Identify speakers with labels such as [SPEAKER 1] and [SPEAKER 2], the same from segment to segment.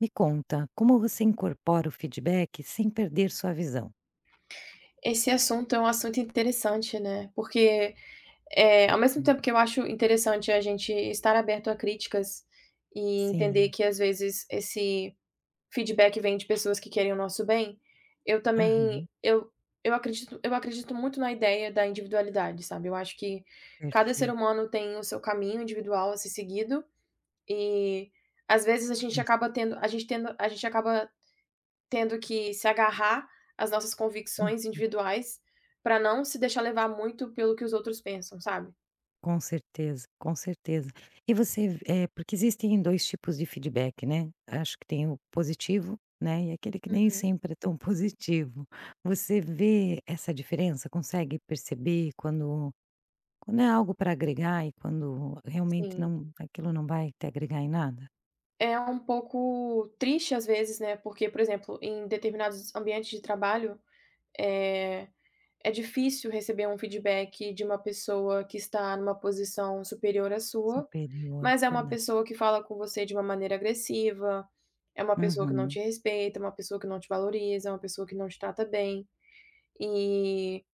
[SPEAKER 1] Me conta, como você incorpora o feedback sem perder sua visão?
[SPEAKER 2] Esse assunto é um assunto interessante, né, porque, é ao mesmo
[SPEAKER 1] Hum.
[SPEAKER 2] tempo que eu acho interessante a gente estar aberto a críticas e entender
[SPEAKER 1] Sim,
[SPEAKER 2] que, às vezes, esse feedback vem de pessoas que querem o nosso bem, eu
[SPEAKER 1] aham,
[SPEAKER 2] também eu eu acredito muito na ideia da individualidade, sabe. Eu acho que cada ser
[SPEAKER 1] perfeito.
[SPEAKER 2] humano tem o seu caminho individual a ser seguido e, às vezes, a gente
[SPEAKER 1] com cer
[SPEAKER 2] acaba tendo a gente acaba tendo que se agarrar às nossas
[SPEAKER 1] hum.
[SPEAKER 2] convicções individuais, para não se deixar levar muito pelo que os outros pensam, sabe?
[SPEAKER 1] Com certeza, com certeza. E você, porque existem 2 tipos de feedback, né, acho que tem o positivo, né, e aquele que nem
[SPEAKER 2] Uhum.
[SPEAKER 1] sempre é tão positivo. Você vê essa diferença? Consegue perceber quando é algo para agregar e quando realmente
[SPEAKER 2] Sim.
[SPEAKER 1] não, aquilo não vai te agregar em nada?
[SPEAKER 2] É um pouco triste às vezes, né, porque, por exemplo, em determinados ambientes de trabalho, é é difícil receber um feedback de uma pessoa que está numa posição superior à sua,
[SPEAKER 1] Superior,
[SPEAKER 2] mas é uma
[SPEAKER 1] verdade.
[SPEAKER 2] pessoa que fala com você de uma maneira agressiva, é uma pessoa que não
[SPEAKER 1] Uhum,
[SPEAKER 2] te respeita, é uma pessoa que não te valoriza, é uma pessoa que não te trata bem, e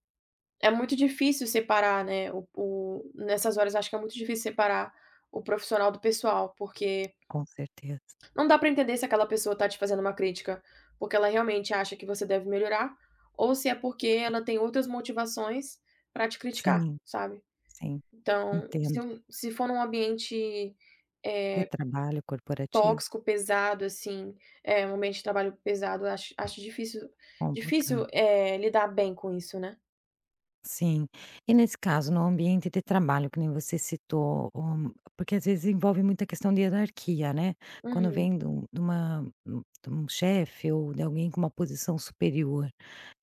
[SPEAKER 2] É muito difícil separar, né, o nessas horas acho que é muito difícil separar o profissional do pessoal, porque
[SPEAKER 1] com certeza.
[SPEAKER 2] não dá pra entender se aquela pessoa tá te fazendo uma crítica, porque ela realmente acha que você deve melhorar, ou se é porque ela tem outras motivações pra te criticar,
[SPEAKER 1] Sim,
[SPEAKER 2] sabe.
[SPEAKER 1] sim,
[SPEAKER 2] Então,
[SPEAKER 1] entendo.
[SPEAKER 2] se for num ambiente,
[SPEAKER 1] De
[SPEAKER 2] eh,
[SPEAKER 1] trabalho corporativo,
[SPEAKER 2] tóxico, pesado, assim, um ambiente de trabalho pesado, acho difícil
[SPEAKER 1] complicado.
[SPEAKER 2] difícil, lidar bem com isso, né.
[SPEAKER 1] Sim. E nesse caso, no ambiente de trabalho, que nem você citou, porque às vezes envolve muita questão de hierarquia, né? Quando
[SPEAKER 2] Uhum.
[SPEAKER 1] vem de um chefe ou de alguém com uma posição superior,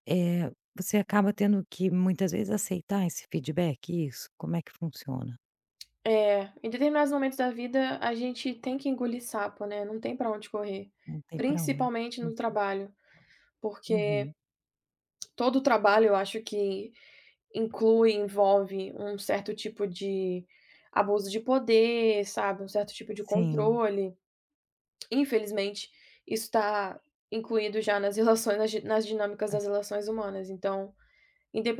[SPEAKER 1] eh, você acaba tendo que muitas vezes aceitar esse feedback, isso? Como é que funciona?
[SPEAKER 2] É, em determinados momentos da vida, a gente tem que engolir sapo, né, não tem pra onde correr,
[SPEAKER 1] Não tem para onde.
[SPEAKER 2] principalmente
[SPEAKER 1] Hum,
[SPEAKER 2] no trabalho, porque
[SPEAKER 1] uhum.
[SPEAKER 2] todo trabalho eu acho que inclui, envolve um certo tipo de abuso de poder, sabe, um certo tipo de
[SPEAKER 1] Sim,
[SPEAKER 2] controle. Infelizmente, isso está incluído já nas relações nas dinâmicas das
[SPEAKER 1] as
[SPEAKER 2] relações humanas, então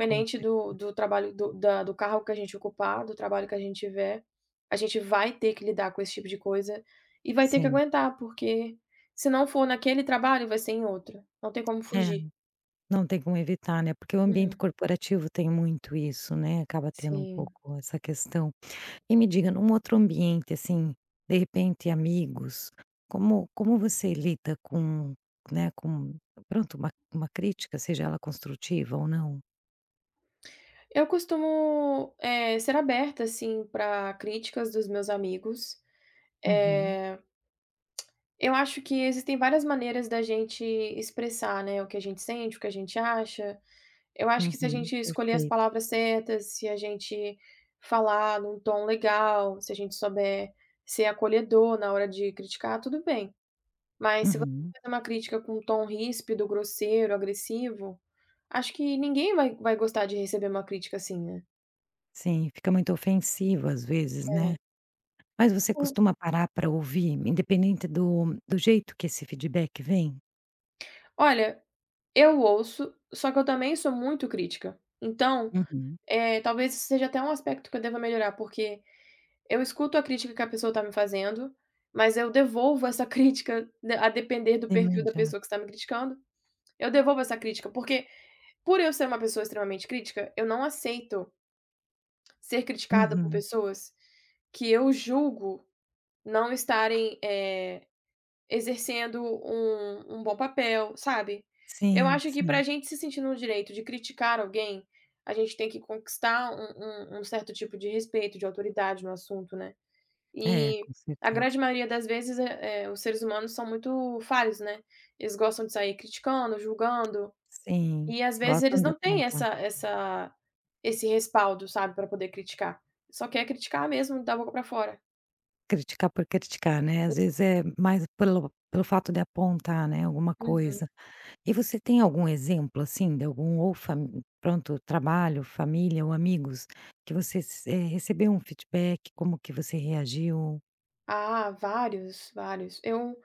[SPEAKER 1] com
[SPEAKER 2] do
[SPEAKER 1] certeza.
[SPEAKER 2] do trabalho do cargo que a gente ocupar, do trabalho que a gente tiver, a gente vai ter que lidar com esse tipo de coisa e vai ter que
[SPEAKER 1] Sim.
[SPEAKER 2] aguentar, porque se não for naquele trabalho, vai ser em outro, não tem como
[SPEAKER 1] É.
[SPEAKER 2] fugir.
[SPEAKER 1] Não tem como evitar, né, porque o ambiente
[SPEAKER 2] Uhum,
[SPEAKER 1] corporativo tem muito isso, né, acaba tendo um
[SPEAKER 2] sim.
[SPEAKER 1] pouco essa questão. E me diga, num outro ambiente, assim, de repente amigos, como você lida com, né, com pronto, uma crítica, seja ela construtiva ou não?
[SPEAKER 2] Eu costumo, ser aberta, assim, para críticas dos meus amigos.
[SPEAKER 1] Uhum,
[SPEAKER 2] Eh, eu acho que existem várias maneiras da gente expressar, né, o que a gente sente, o que a gente acha. Eu acho que se a
[SPEAKER 1] uhum,
[SPEAKER 2] gente escolher as
[SPEAKER 1] perfeito.
[SPEAKER 2] palavras certas, se a gente falar num tom legal, se a gente souber ser acolhedor na hora de criticar, tudo bem. Mas se você
[SPEAKER 1] Uhum.
[SPEAKER 2] faz uma crítica com um tom ríspido, grosseiro, agressivo, acho que ninguém vai gostar de receber uma crítica assim, né.
[SPEAKER 1] Sim, fica muito ofensivo às vezes, né.
[SPEAKER 2] É.
[SPEAKER 1] Mas você costuma parar para ouvir, independente do jeito que esse feedback vem?
[SPEAKER 2] Olha, eu ouço, só que eu também sou muito crítica. Então,
[SPEAKER 1] Uhum,
[SPEAKER 2] talvez isso seja até um aspecto que eu deva melhorar, porque eu escuto a crítica que a pessoa está me fazendo, mas eu devolvo essa crítica, de a depender do
[SPEAKER 1] de
[SPEAKER 2] perfil da pessoa
[SPEAKER 1] imediato.
[SPEAKER 2] que está me criticando, eu devolvo essa crítica, porque por eu ser uma pessoa extremamente crítica, eu não aceito ser criticada por
[SPEAKER 1] Uhum.
[SPEAKER 2] pessoas que eu julgo não estarem, exercendo um bom papel, sabe. Eu
[SPEAKER 1] Sim,
[SPEAKER 2] acho que para
[SPEAKER 1] sim.
[SPEAKER 2] a gente se sentir no direito de criticar alguém, a gente tem que conquistar um certo tipo de respeito, de autoridade no assunto, né.
[SPEAKER 1] É,
[SPEAKER 2] E
[SPEAKER 1] com
[SPEAKER 2] a
[SPEAKER 1] certeza.
[SPEAKER 2] grande maioria das vezes, os seres humanos são muito falhos, né. Eles gostam de sair criticando, julgando,
[SPEAKER 1] Sim,
[SPEAKER 2] e às vezes
[SPEAKER 1] gostam
[SPEAKER 2] eles
[SPEAKER 1] de
[SPEAKER 2] não têm
[SPEAKER 1] apontar.
[SPEAKER 2] essa esse respaldo, sabe, para poder criticar. Só quer criticar mesmo, da boca para fora.
[SPEAKER 1] Criticar por criticar, né, às vezes é mais pelo fato de apontar, né, alguma
[SPEAKER 2] Uhum.
[SPEAKER 1] coisa. E você tem algum exemplo, assim, de algum ou fami pronto, trabalho, família ou amigos, que você se eh, recebeu um feedback, como que você reagiu?
[SPEAKER 2] Ah, vários, vários. Eu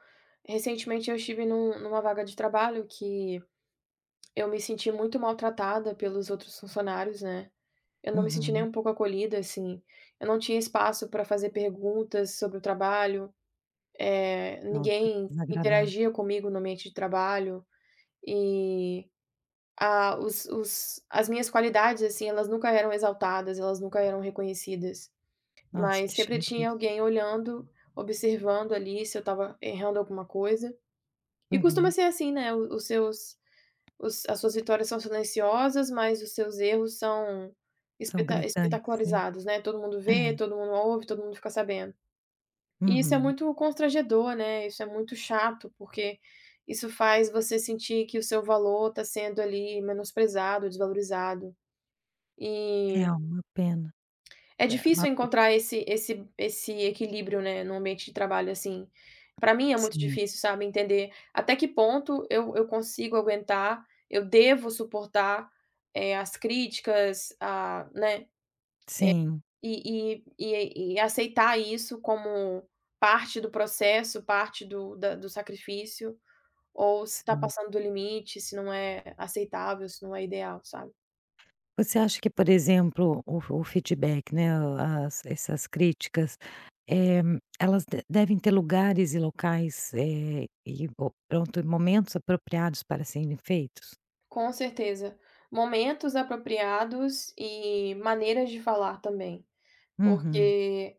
[SPEAKER 2] Recentemente eu estive numa vaga de trabalho que eu me senti muito maltratada pelos outros funcionários, né. Eu não me senti nem
[SPEAKER 1] Uhum.
[SPEAKER 2] um pouco acolhida, assim. Eu não tinha espaço para fazer perguntas sobre o trabalho.
[SPEAKER 1] Nossa, que
[SPEAKER 2] Ninguém
[SPEAKER 1] desagradável.
[SPEAKER 2] interagia comigo no ambiente de trabalho e a os as minhas qualidades, assim, elas nunca eram exaltadas, elas nunca eram reconhecidas,
[SPEAKER 1] Nossa,
[SPEAKER 2] mas
[SPEAKER 1] que
[SPEAKER 2] sempre
[SPEAKER 1] chato
[SPEAKER 2] tinha
[SPEAKER 1] isso.
[SPEAKER 2] alguém olhando, observando ali se eu estava errando alguma coisa. E costuma
[SPEAKER 1] Uhum.
[SPEAKER 2] ser assim, né, o os seus os as suas vitórias são silenciosas, mas os seus erros são
[SPEAKER 1] São gritantes, né.
[SPEAKER 2] espetacularizados, né, todo mundo vê,
[SPEAKER 1] É.
[SPEAKER 2] todo mundo ouve, todo mundo fica sabendo. E isso é
[SPEAKER 1] Uhum.
[SPEAKER 2] muito constrangedor, né, isso é muito chato, porque isso faz você sentir que o seu valor está sendo ali menosprezado, desvalorizado. E
[SPEAKER 1] É uma pena.
[SPEAKER 2] é
[SPEAKER 1] É uma
[SPEAKER 2] difícil
[SPEAKER 1] p
[SPEAKER 2] encontrar esse equilíbrio, né, num ambiente de trabalho assim. Para mim é muito
[SPEAKER 1] Sim.
[SPEAKER 2] difícil, sabe, entender até que ponto eu consigo aguentar, eu devo suportar, as críticas, a né,
[SPEAKER 1] Sim,
[SPEAKER 2] e aceitar isso como parte do processo, parte do sacrifício, ou se está
[SPEAKER 1] sim.
[SPEAKER 2] passando do limite, se não é aceitável, se não é ideal, sabe.
[SPEAKER 1] Você acha que, por exemplo, o feedback, né, as essas críticas, eh, elas de devem ter lugares e locais, e o pronto, e momentos apropriados para serem feitos?
[SPEAKER 2] Com certeza. Momentos apropriados e maneiras de falar também,
[SPEAKER 1] Uhum.
[SPEAKER 2] porque,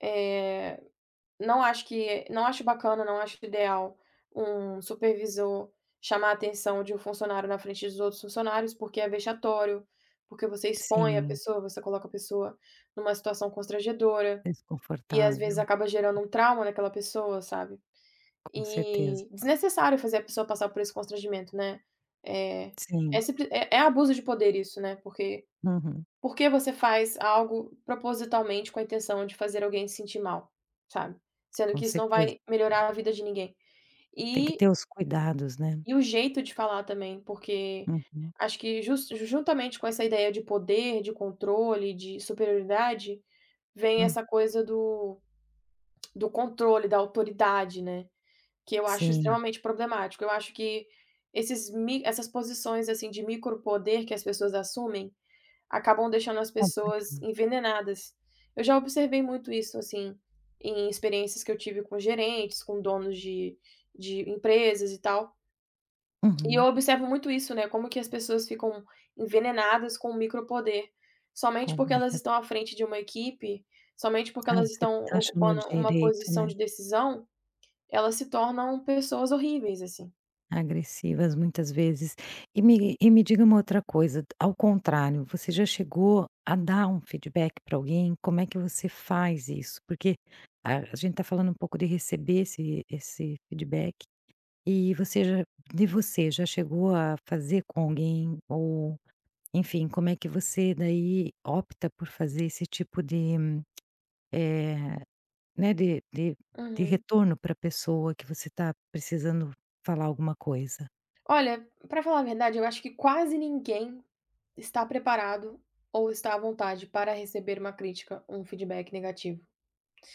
[SPEAKER 2] eh Não acho que não acho bacana, não acho ideal um supervisor chamar a atenção de um funcionário na frente dos outros funcionários, porque é vexatório, porque você expõe a
[SPEAKER 1] Sim,
[SPEAKER 2] pessoa, você coloca a pessoa numa situação constrangedora e às vezes
[SPEAKER 1] desconfortável,
[SPEAKER 2] acaba gerando um trauma naquela pessoa, sabe.
[SPEAKER 1] com certeza.
[SPEAKER 2] E desnecessário fazer a pessoa passar por esse constrangimento, né. Eh,
[SPEAKER 1] Sim,
[SPEAKER 2] é simpli É é abuso de poder isso, né, porque
[SPEAKER 1] uhum,
[SPEAKER 2] por que você faz algo propositalmente com a intenção de fazer alguém se sentir mal, sabe, sendo
[SPEAKER 1] com
[SPEAKER 2] que isso não
[SPEAKER 1] certeza.
[SPEAKER 2] vai melhorar a vida de ninguém.
[SPEAKER 1] Tem que
[SPEAKER 2] E
[SPEAKER 1] ter os cuidados, né.
[SPEAKER 2] e o jeito de falar também, porque
[SPEAKER 1] Uhum,
[SPEAKER 2] acho que jus juntamente com essa ideia de poder, de controle, de superioridade, vem
[SPEAKER 1] hum.
[SPEAKER 2] essa coisa do do controle, da autoridade, né, que eu acho
[SPEAKER 1] Sim,
[SPEAKER 2] extremamente problemático. Eu acho que esses mi essas posições, assim, de micropoder que as pessoas assumem, acabam deixando as pessoas
[SPEAKER 1] complicado.
[SPEAKER 2] envenenadas. Eu já observei muito isso, assim, em experiências que eu tive com gerentes, com donos de empresas e tal. E eu
[SPEAKER 1] Uhum,
[SPEAKER 2] observo muito isso, né, como que as pessoas ficam envenenadas com o micropoder, somente porque elas
[SPEAKER 1] complica.
[SPEAKER 2] estão à frente de uma equipe, somente porque
[SPEAKER 1] Ah,
[SPEAKER 2] elas
[SPEAKER 1] você
[SPEAKER 2] estão
[SPEAKER 1] acha no
[SPEAKER 2] ocupando uma
[SPEAKER 1] direito,
[SPEAKER 2] posição
[SPEAKER 1] né.
[SPEAKER 2] de decisão, elas se tornam pessoas horríveis, assim.
[SPEAKER 1] Agressivas muitas vezes. E me diga uma outra coisa, ao contrário, você já chegou a dar um feedback para alguém? Como é que você faz isso? Porque a gente está falando um pouco de receber esse feedback, e você já, de você, já chegou a fazer com alguém ou, enfim, como é que você daí opta por fazer esse tipo de, eh, né, de
[SPEAKER 2] Uhum.
[SPEAKER 1] retorno para a pessoa que você está precisando falar alguma coisa?
[SPEAKER 2] Olha, pra falar a verdade, eu acho que quase ninguém está preparado ou está à vontade para receber uma crítica, um feedback negativo?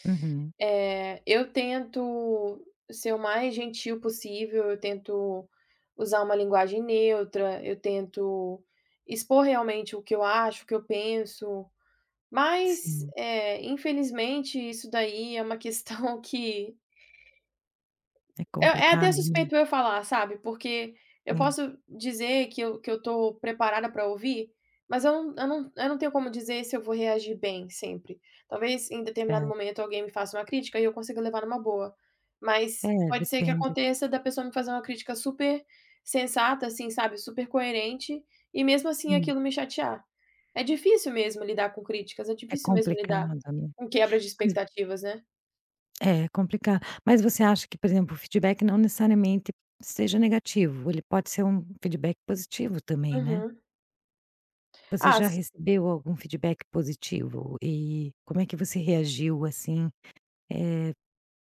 [SPEAKER 1] Uhum.
[SPEAKER 2] Eu tento ser o mais gentil possível, eu tento usar uma linguagem neutra, eu tento expor realmente o que eu acho, o que eu penso, mas,
[SPEAKER 1] Sim,
[SPEAKER 2] infelizmente isso daí é uma questão que
[SPEAKER 1] é
[SPEAKER 2] Eu é até
[SPEAKER 1] complicado, né.
[SPEAKER 2] suspeito eu falar, sabe, porque eu
[SPEAKER 1] Sim,
[SPEAKER 2] posso dizer que eu tô preparada para ouvir, mas eu não tenho como dizer se eu vou reagir bem sempre. Talvez em determinado
[SPEAKER 1] certo.
[SPEAKER 2] momento alguém me faça uma crítica e eu consiga levar numa boa, mas
[SPEAKER 1] É,
[SPEAKER 2] pode ser que
[SPEAKER 1] depende.
[SPEAKER 2] aconteça da pessoa me fazer uma crítica super sensata, assim, sabe, super coerente, e mesmo assim
[SPEAKER 1] Hum,
[SPEAKER 2] aquilo me chatear. É difícil mesmo lidar com críticas, é
[SPEAKER 1] é
[SPEAKER 2] difícil mesmo lidar
[SPEAKER 1] complicado, né.
[SPEAKER 2] com quebra de
[SPEAKER 1] Mas
[SPEAKER 2] expectativas, né.
[SPEAKER 1] é complicado. Mas você acha que, por exemplo, o feedback não necessariamente seja negativo, ele pode ser um feedback positivo também, né.
[SPEAKER 2] Uhum.
[SPEAKER 1] Você
[SPEAKER 2] Ah,
[SPEAKER 1] já recebeu algum feedback positivo? E como é que você reagiu, assim,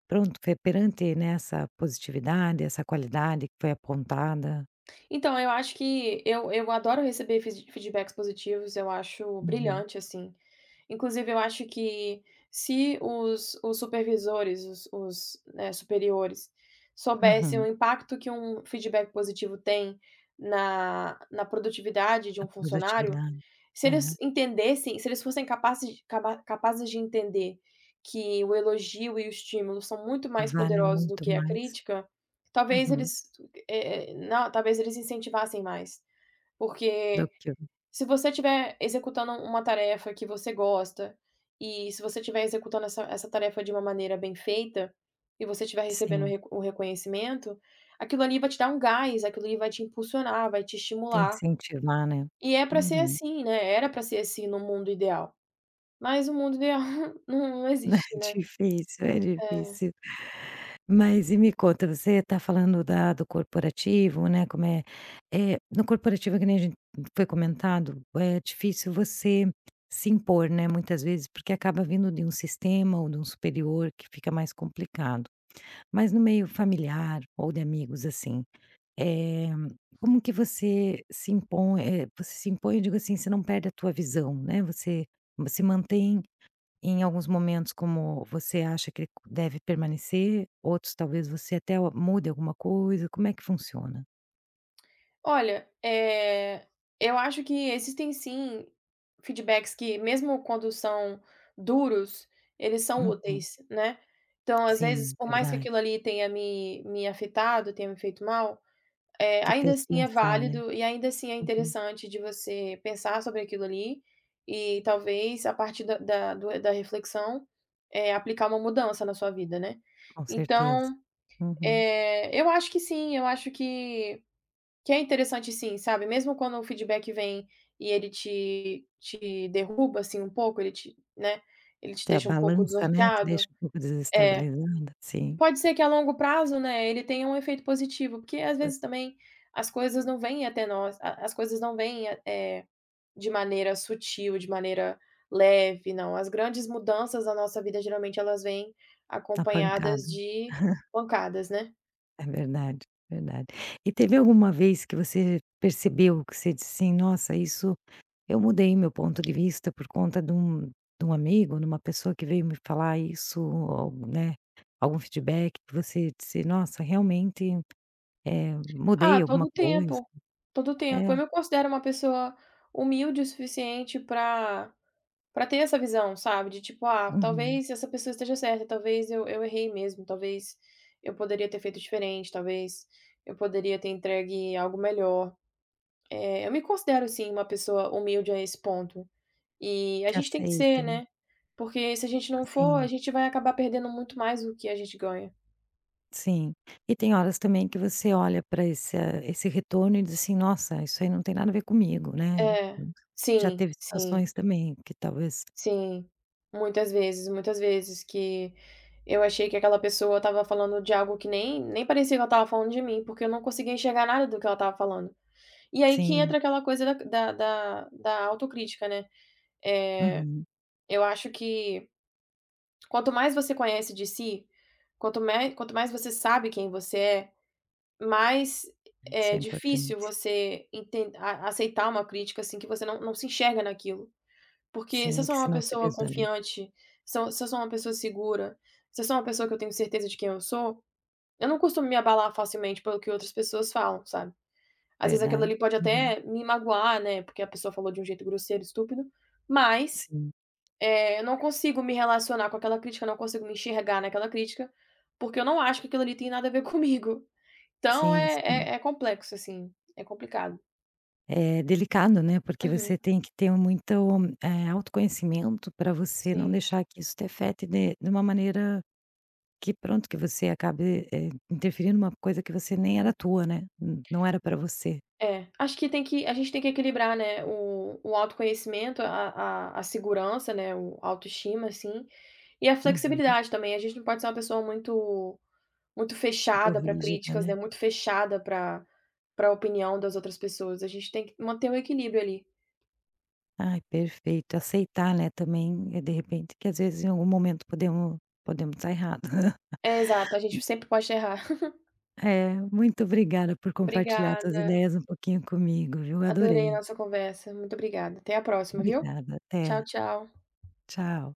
[SPEAKER 1] pronto, foi perante, né, essa positividade, essa qualidade que foi apontada?
[SPEAKER 2] então, eu acho que eu adoro receber feedbacks positivos, eu acho
[SPEAKER 1] Uhum,
[SPEAKER 2] brilhante, assim. Inclusive, eu acho que se os supervisores, os superiores, soubessem o
[SPEAKER 1] uhum.
[SPEAKER 2] impacto que um feedback positivo tem na na produtividade de
[SPEAKER 1] A
[SPEAKER 2] um funcionário,
[SPEAKER 1] produtividade.
[SPEAKER 2] se
[SPEAKER 1] É,
[SPEAKER 2] eles entendessem se eles fossem capazes de capazes de entender que o elogio e o estímulo são muito mais
[SPEAKER 1] vale
[SPEAKER 2] poderosos do
[SPEAKER 1] muito
[SPEAKER 2] que a
[SPEAKER 1] mais.
[SPEAKER 2] crítica, talvez
[SPEAKER 1] Uhum.
[SPEAKER 2] eles, eh eh, não, talvez eles incentivassem mais,
[SPEAKER 1] Do
[SPEAKER 2] porque
[SPEAKER 1] que
[SPEAKER 2] se você estiver executando uma tarefa que você gosta, e se você estiver executando essa tarefa de uma maneira bem feita, e você estiver recebendo o
[SPEAKER 1] Sim,
[SPEAKER 2] reco o reconhecimento, aquilo ali vai te dar um gás, aquilo ali vai te impulsionar, vai te
[SPEAKER 1] tem que
[SPEAKER 2] estimular.
[SPEAKER 1] incentivar, né.
[SPEAKER 2] E é pra ser
[SPEAKER 1] Uhum.
[SPEAKER 2] assim, né, era pra ser assim no mundo ideal, mas o mundo ideal não
[SPEAKER 1] É
[SPEAKER 2] existe, né.
[SPEAKER 1] difícil, é
[SPEAKER 2] É.
[SPEAKER 1] difícil. Mas e me conta, você tá falando da do corporativo, né, no corporativo, que nem a gente foi comentado, é difícil você se impor, né, muitas vezes, porque acaba vindo de um sistema ou de um superior que fica mais complicado. Mas no meio familiar ou de amigos, assim, Eh, como que você se impõe eh, você se impõe, eu digo assim, você não perde a tua visão, né, você se mantém em alguns momentos como você acha que ele deve permanecer, outros talvez você até o mude alguma coisa, como é que funciona?
[SPEAKER 2] Olha, eu acho que existem sim feedbacks que mesmo quando são duros, eles são
[SPEAKER 1] Uhum.
[SPEAKER 2] úteis, né. Então, às vezes,
[SPEAKER 1] Sim,
[SPEAKER 2] por mais que
[SPEAKER 1] verdade.
[SPEAKER 2] aquilo ali tenha me afetado, tenha me feito mal,
[SPEAKER 1] Te
[SPEAKER 2] ainda
[SPEAKER 1] fez
[SPEAKER 2] assim é
[SPEAKER 1] pensar, né.
[SPEAKER 2] válido e ainda assim é
[SPEAKER 1] Uhum.
[SPEAKER 2] interessante de você pensar sobre aquilo ali e talvez a partir da reflexão, aplicar uma mudança na sua vida, né.
[SPEAKER 1] Com certeza.
[SPEAKER 2] Então,
[SPEAKER 1] Uhum.
[SPEAKER 2] eu acho que sim, eu acho que é interessante sim, sabe, mesmo quando o feedback vem e ele te derruba, assim, um pouco, ele te né, ele te
[SPEAKER 1] Te
[SPEAKER 2] deixa um pouco
[SPEAKER 1] balança, né, te deixa
[SPEAKER 2] desnorteado.
[SPEAKER 1] um pouco
[SPEAKER 2] É.
[SPEAKER 1] desestabilizada. Sim,
[SPEAKER 2] Pode ser que a longo prazo, né, ele tenha um efeito positivo, porque às vezes também as coisas não vêm, de maneira sutil, de maneira leve, não. As grandes mudanças da nossa vida, geralmente, elas vêm
[SPEAKER 1] na
[SPEAKER 2] acompanhadas
[SPEAKER 1] pancada.
[SPEAKER 2] de pancadas, né.
[SPEAKER 1] É verdade, verdade. E teve alguma vez que você percebeu que você disse assim: "Nossa, isso eu mudei meu ponto de vista por conta de um amigo, de uma pessoa que veio me falar isso", ou, né, algum feedback que você disse: "Nossa, realmente, mudei
[SPEAKER 2] Ah,
[SPEAKER 1] alguma
[SPEAKER 2] todo o
[SPEAKER 1] coisa".
[SPEAKER 2] tempo, todo o
[SPEAKER 1] É,
[SPEAKER 2] tempo. Eu me considero uma pessoa humilde o suficiente pra para ter essa visão, sabe, de tipo: "Ah,
[SPEAKER 1] uhum.
[SPEAKER 2] talvez essa pessoa esteja certa, talvez eu errei mesmo, talvez eu poderia ter feito diferente, talvez eu poderia ter entregue algo melhor". Eu me considero sim uma pessoa humilde a esse ponto. E a
[SPEAKER 1] Que
[SPEAKER 2] gente tem que
[SPEAKER 1] aceita,
[SPEAKER 2] ser,
[SPEAKER 1] né.
[SPEAKER 2] né, porque se a gente não for, a
[SPEAKER 1] Sim,
[SPEAKER 2] gente vai acabar perdendo muito mais do que a gente ganha.
[SPEAKER 1] sim. E tem horas também que você olha para esse retorno e diz assim: "Nossa, isso aí não tem nada a ver comigo", né.
[SPEAKER 2] É,
[SPEAKER 1] Já
[SPEAKER 2] sim,
[SPEAKER 1] teve
[SPEAKER 2] sim.
[SPEAKER 1] situações também que talvez
[SPEAKER 2] Sim, muitas vezes que eu achei que aquela pessoa estava falando de algo que nem parecia que ela estava falando de mim, porque eu não conseguia enxergar nada do que ela estava falando. E aí que
[SPEAKER 1] sim,
[SPEAKER 2] entra aquela coisa da autocrítica, né.
[SPEAKER 1] uhum.
[SPEAKER 2] Eu acho que quanto mais você conhece de si, quanto mais você sabe quem você é, mais
[SPEAKER 1] Né. Isso é
[SPEAKER 2] é difícil
[SPEAKER 1] importante.
[SPEAKER 2] você enten a aceitar uma crítica, assim, que você não se enxerga naquilo. Porque se eu
[SPEAKER 1] Sim,
[SPEAKER 2] sou
[SPEAKER 1] que
[SPEAKER 2] uma
[SPEAKER 1] senão você
[SPEAKER 2] pessoa
[SPEAKER 1] visualiza.
[SPEAKER 2] confiante, se eu sou uma pessoa segura, se eu sou uma pessoa que eu tenho certeza de quem eu sou, eu não costumo me abalar facilmente pelo que outras pessoas falam, sabe. Às vezes aquilo
[SPEAKER 1] Verdade.
[SPEAKER 2] ali pode
[SPEAKER 1] Uhum.
[SPEAKER 2] até me magoar, né, porque a pessoa falou de um jeito grosseiro, estúpido, mas,
[SPEAKER 1] Sim,
[SPEAKER 2] eu não consigo me relacionar com aquela crítica, eu não consigo me enxergar naquela crítica, porque eu não acho que aquilo ali tem nada a ver comigo. Então
[SPEAKER 1] sim, sim.
[SPEAKER 2] é é complexo, assim, é complicado.
[SPEAKER 1] É delicado, né, porque você
[SPEAKER 2] Uhum,
[SPEAKER 1] tem que ter muito, autoconhecimento para você não
[SPEAKER 2] sim.
[SPEAKER 1] deixar que isso te afete de uma maneira que pronto, que você acabe, interferindo numa coisa que você nem era tua, né, n não era para você.
[SPEAKER 2] É, acho que tem que a gente tem que equilibrar, né, o autoconhecimento, a segurança, né, o autoestima, assim, e a
[SPEAKER 1] Uhum.
[SPEAKER 2] flexibilidade também. A gente não pode ser uma pessoa muito muito
[SPEAKER 1] Muito
[SPEAKER 2] fechada para
[SPEAKER 1] rígida,
[SPEAKER 2] críticas, né,
[SPEAKER 1] né.
[SPEAKER 2] muito fechada para pra opinião das outras pessoas. A gente tem que manter o equilíbrio ali.
[SPEAKER 1] Ai, perfeito. Aceitar, né, também, de repente que às vezes em algum momento podemos estar errados.
[SPEAKER 2] É, exato, a gente sempre pode errar.
[SPEAKER 1] É, muito obrigada por compartilhar suas
[SPEAKER 2] Obrigada,
[SPEAKER 1] ideias um pouquinho comigo, viu.
[SPEAKER 2] adorei a
[SPEAKER 1] Adorei.
[SPEAKER 2] nossa conversa. Muito obrigada. Até a próxima, viu.
[SPEAKER 1] Obrigada, até.
[SPEAKER 2] Tchau, tchau.
[SPEAKER 1] Tchau.